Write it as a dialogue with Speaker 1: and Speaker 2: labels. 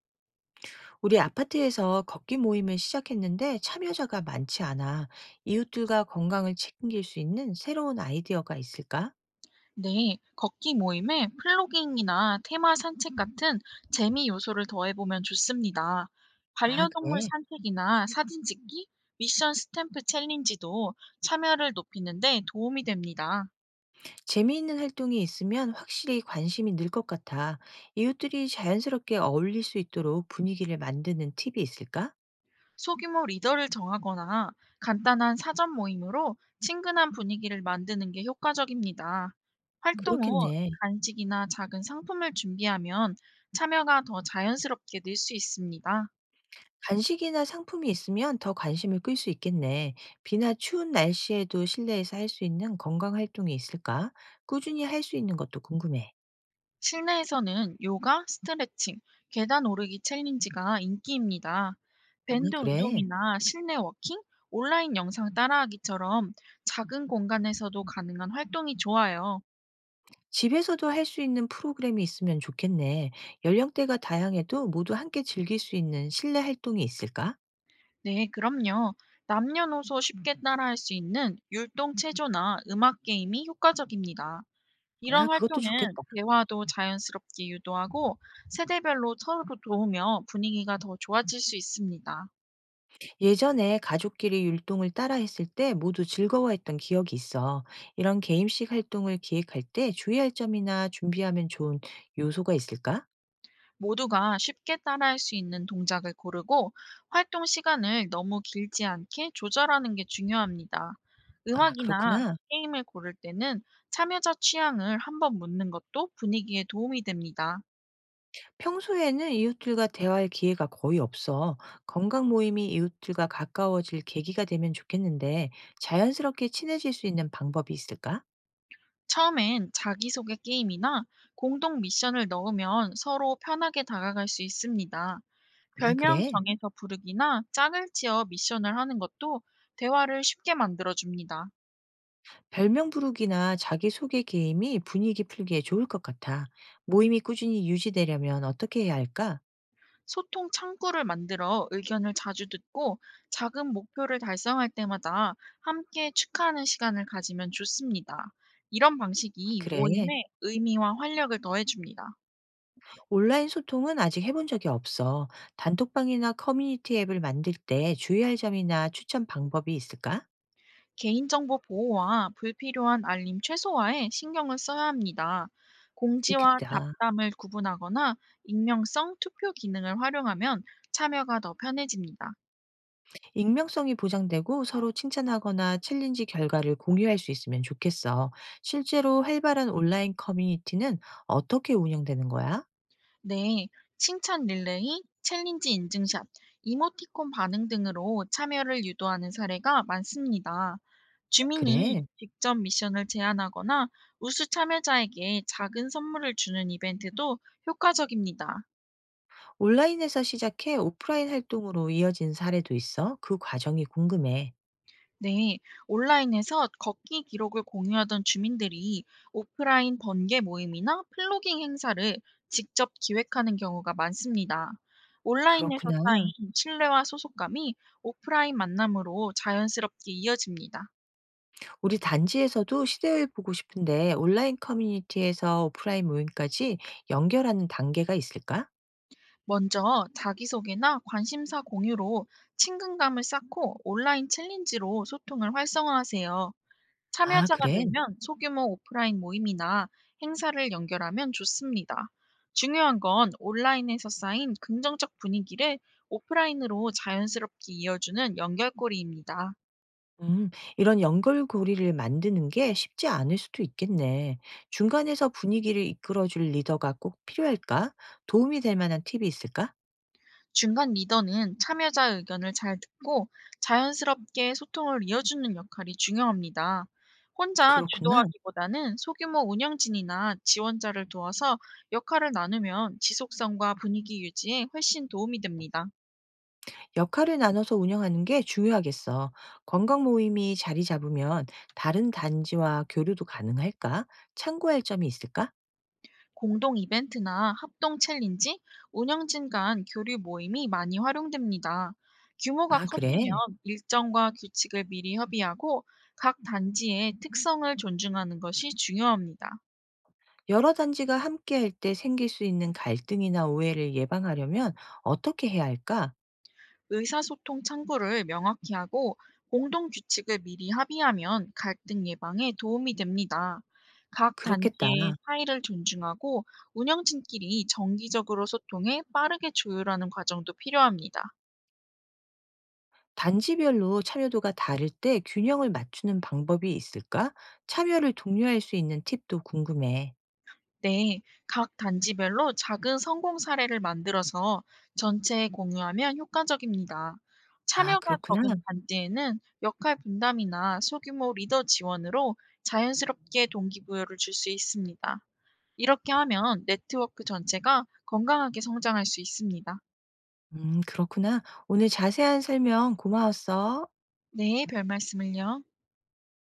Speaker 1: 우리 아파트에서 걷기 모임을 시작했는데 참여자가 많지 않아. 이웃들과 건강을 책임질 수 있는 새로운 아이디어가 있을까?
Speaker 2: 네, 걷기 모임에 플로깅이나 테마 산책 같은 재미 요소를 더해보면 좋습니다.
Speaker 1: 아,
Speaker 2: 반려동물
Speaker 1: 그래.
Speaker 2: 산책이나 사진 찍기, 미션 스탬프 챌린지도 참여를 높이는데 도움이 됩니다.
Speaker 1: 재미있는 활동이 있으면 확실히 관심이 늘 것 같아. 이웃들이 자연스럽게 어울릴 수 있도록 분위기를 만드는 팁이 있을까?
Speaker 2: 소규모 리더를 정하거나 간단한 사전 모임으로 친근한 분위기를 만드는 게 효과적입니다. 활동 후
Speaker 1: 그렇겠네.
Speaker 2: 간식이나 작은 상품을 준비하면 참여가 더 자연스럽게 늘 수 있습니다.
Speaker 1: 간식이나 상품이 있으면 더 관심을 끌 수 있겠네. 비나 추운 날씨에도 실내에서 할 수 있는 건강 활동이 있을까? 꾸준히 할 수 있는 것도 궁금해.
Speaker 2: 실내에서는 요가, 스트레칭, 계단 오르기 챌린지가 인기입니다.
Speaker 1: 아,
Speaker 2: 밴드
Speaker 1: 그래.
Speaker 2: 운동이나 실내 워킹, 온라인 영상 따라하기처럼 작은 공간에서도 가능한 활동이 좋아요.
Speaker 1: 집에서도 할 수 있는 프로그램이 있으면 좋겠네. 연령대가 다양해도 모두 함께 즐길 수 있는 실내 활동이 있을까?
Speaker 2: 네, 그럼요. 남녀노소 쉽게 따라할 수 있는 율동 체조나 음악 게임이 효과적입니다.
Speaker 1: 아,
Speaker 2: 이런
Speaker 1: 그것도 좋겠다.
Speaker 2: 활동은 대화도 자연스럽게 유도하고 세대별로 서로 도우며 분위기가 더 좋아질 수 있습니다.
Speaker 1: 예전에 가족끼리 율동을 따라 했을 때 모두 즐거워했던 기억이 있어. 이런 게임식 활동을 기획할 때 주의할 점이나 준비하면 좋은 요소가 있을까?
Speaker 2: 모두가 쉽게 따라할 수 있는 동작을 고르고 활동 시간을 너무 길지 않게 조절하는 게 중요합니다.
Speaker 1: 아,
Speaker 2: 음악이나
Speaker 1: 그렇구나.
Speaker 2: 게임을 고를 때는 참여자 취향을 한번 묻는 것도 분위기에 도움이 됩니다.
Speaker 1: 평소에는 이웃들과 대화할 기회가 거의 없어. 건강 모임이 이웃들과 가까워질 계기가 되면 좋겠는데 자연스럽게 친해질 수 있는 방법이 있을까?
Speaker 2: 처음엔 자기소개 게임이나 공동 미션을 넣으면 서로 편하게 다가갈 수 있습니다.
Speaker 1: 아,
Speaker 2: 별명
Speaker 1: 그래?
Speaker 2: 정해서 부르기나 짝을 지어 미션을 하는 것도 대화를 쉽게 만들어줍니다.
Speaker 1: 별명 부르기나 자기소개 게임이 분위기 풀기에 좋을 것 같아. 모임이 꾸준히 유지되려면 어떻게 해야 할까?
Speaker 2: 소통 창구를 만들어 의견을 자주 듣고 작은 목표를 달성할 때마다 함께 축하하는 시간을 가지면 좋습니다. 이런 방식이
Speaker 1: 그래.
Speaker 2: 모임의 의미와 활력을 더해줍니다.
Speaker 1: 온라인 소통은 아직 해본 적이 없어. 단톡방이나 커뮤니티 앱을 만들 때 주의할 점이나 추천 방법이 있을까?
Speaker 2: 개인정보 보호와 불필요한 알림 최소화에 신경을 써야 합니다. 공지와
Speaker 1: 그렇겠다.
Speaker 2: 잡담을 구분하거나 익명성 투표 기능을 활용하면 참여가 더 편해집니다.
Speaker 1: 익명성이 보장되고 서로 칭찬하거나 챌린지 결과를 공유할 수 있으면 좋겠어. 실제로 활발한 온라인 커뮤니티는 어떻게 운영되는 거야?
Speaker 2: 네, 칭찬 릴레이, 챌린지 인증샷, 이모티콘 반응 등으로 참여를 유도하는 사례가 많습니다. 주민이
Speaker 1: 그래.
Speaker 2: 직접 미션을 제안하거나 우수 참여자에게 작은 선물을 주는 이벤트도 효과적입니다.
Speaker 1: 온라인에서 시작해 오프라인 활동으로 이어진 사례도 있어? 그 과정이 궁금해.
Speaker 2: 네, 온라인에서 걷기 기록을 공유하던 주민들이 오프라인 번개 모임이나 플로깅 행사를 직접 기획하는 경우가 많습니다. 온라인에서
Speaker 1: 그렇구나.
Speaker 2: 쌓인 신뢰와 소속감이 오프라인 만남으로 자연스럽게 이어집니다.
Speaker 1: 우리 단지에서도 시대를 보고 싶은데 온라인 커뮤니티에서 오프라인 모임까지 연결하는 단계가 있을까?
Speaker 2: 먼저 자기소개나 관심사 공유로 친근감을 쌓고 온라인 챌린지로 소통을 활성화하세요.
Speaker 1: 아,
Speaker 2: 참여자가
Speaker 1: 그래?
Speaker 2: 늘면 소규모 오프라인 모임이나 행사를 연결하면 좋습니다. 중요한 건 온라인에서 쌓인 긍정적 분위기를 오프라인으로 자연스럽게 이어주는 연결고리입니다.
Speaker 1: 음, 이런 연결고리를 만드는 게 쉽지 않을 수도 있겠네. 중간에서 분위기를 이끌어줄 리더가 꼭 필요할까? 도움이 될 만한 팁이 있을까?
Speaker 2: 중간 리더는 참여자 의견을 잘 듣고 자연스럽게 소통을 이어주는 역할이 중요합니다. 혼자
Speaker 1: 그렇구나.
Speaker 2: 주도하기보다는 소규모 운영진이나 지원자를 도와서 역할을 나누면 지속성과 분위기 유지에 훨씬 도움이 됩니다.
Speaker 1: 역할을 나눠서 운영하는 게 중요하겠어. 건강 모임이 자리 잡으면 다른 단지와 교류도 가능할까? 참고할 점이 있을까?
Speaker 2: 공동 이벤트나 합동 챌린지, 운영진 간 교류 모임이 많이 활용됩니다. 규모가
Speaker 1: 아,
Speaker 2: 커지면
Speaker 1: 그래.
Speaker 2: 일정과 규칙을 미리 협의하고 각 단지의 특성을 존중하는 것이 중요합니다.
Speaker 1: 여러 단지가 함께 할 때 생길 수 있는 갈등이나 오해를 예방하려면 어떻게 해야 할까?
Speaker 2: 의사소통 창구를 명확히 하고 공동 규칙을 미리 합의하면 갈등 예방에 도움이 됩니다. 각
Speaker 1: 그렇겠다.
Speaker 2: 단지의 차이를 존중하고 운영진끼리 정기적으로 소통해 빠르게 조율하는 과정도 필요합니다.
Speaker 1: 단지별로 참여도가 다를 때 균형을 맞추는 방법이 있을까? 참여를 독려할 수 있는 팁도 궁금해.
Speaker 2: 네, 각 단지별로 작은 성공 사례를 만들어서 전체에 공유하면 효과적입니다.
Speaker 1: 아,
Speaker 2: 참여가
Speaker 1: 그렇구나.
Speaker 2: 적은 단지에는 역할 분담이나 소규모 리더 지원으로 자연스럽게 동기부여를 줄 수 있습니다. 이렇게 하면 네트워크 전체가 건강하게 성장할 수 있습니다.
Speaker 1: 그렇구나. 오늘 자세한 설명 고마웠어.
Speaker 2: 네, 별 말씀을요.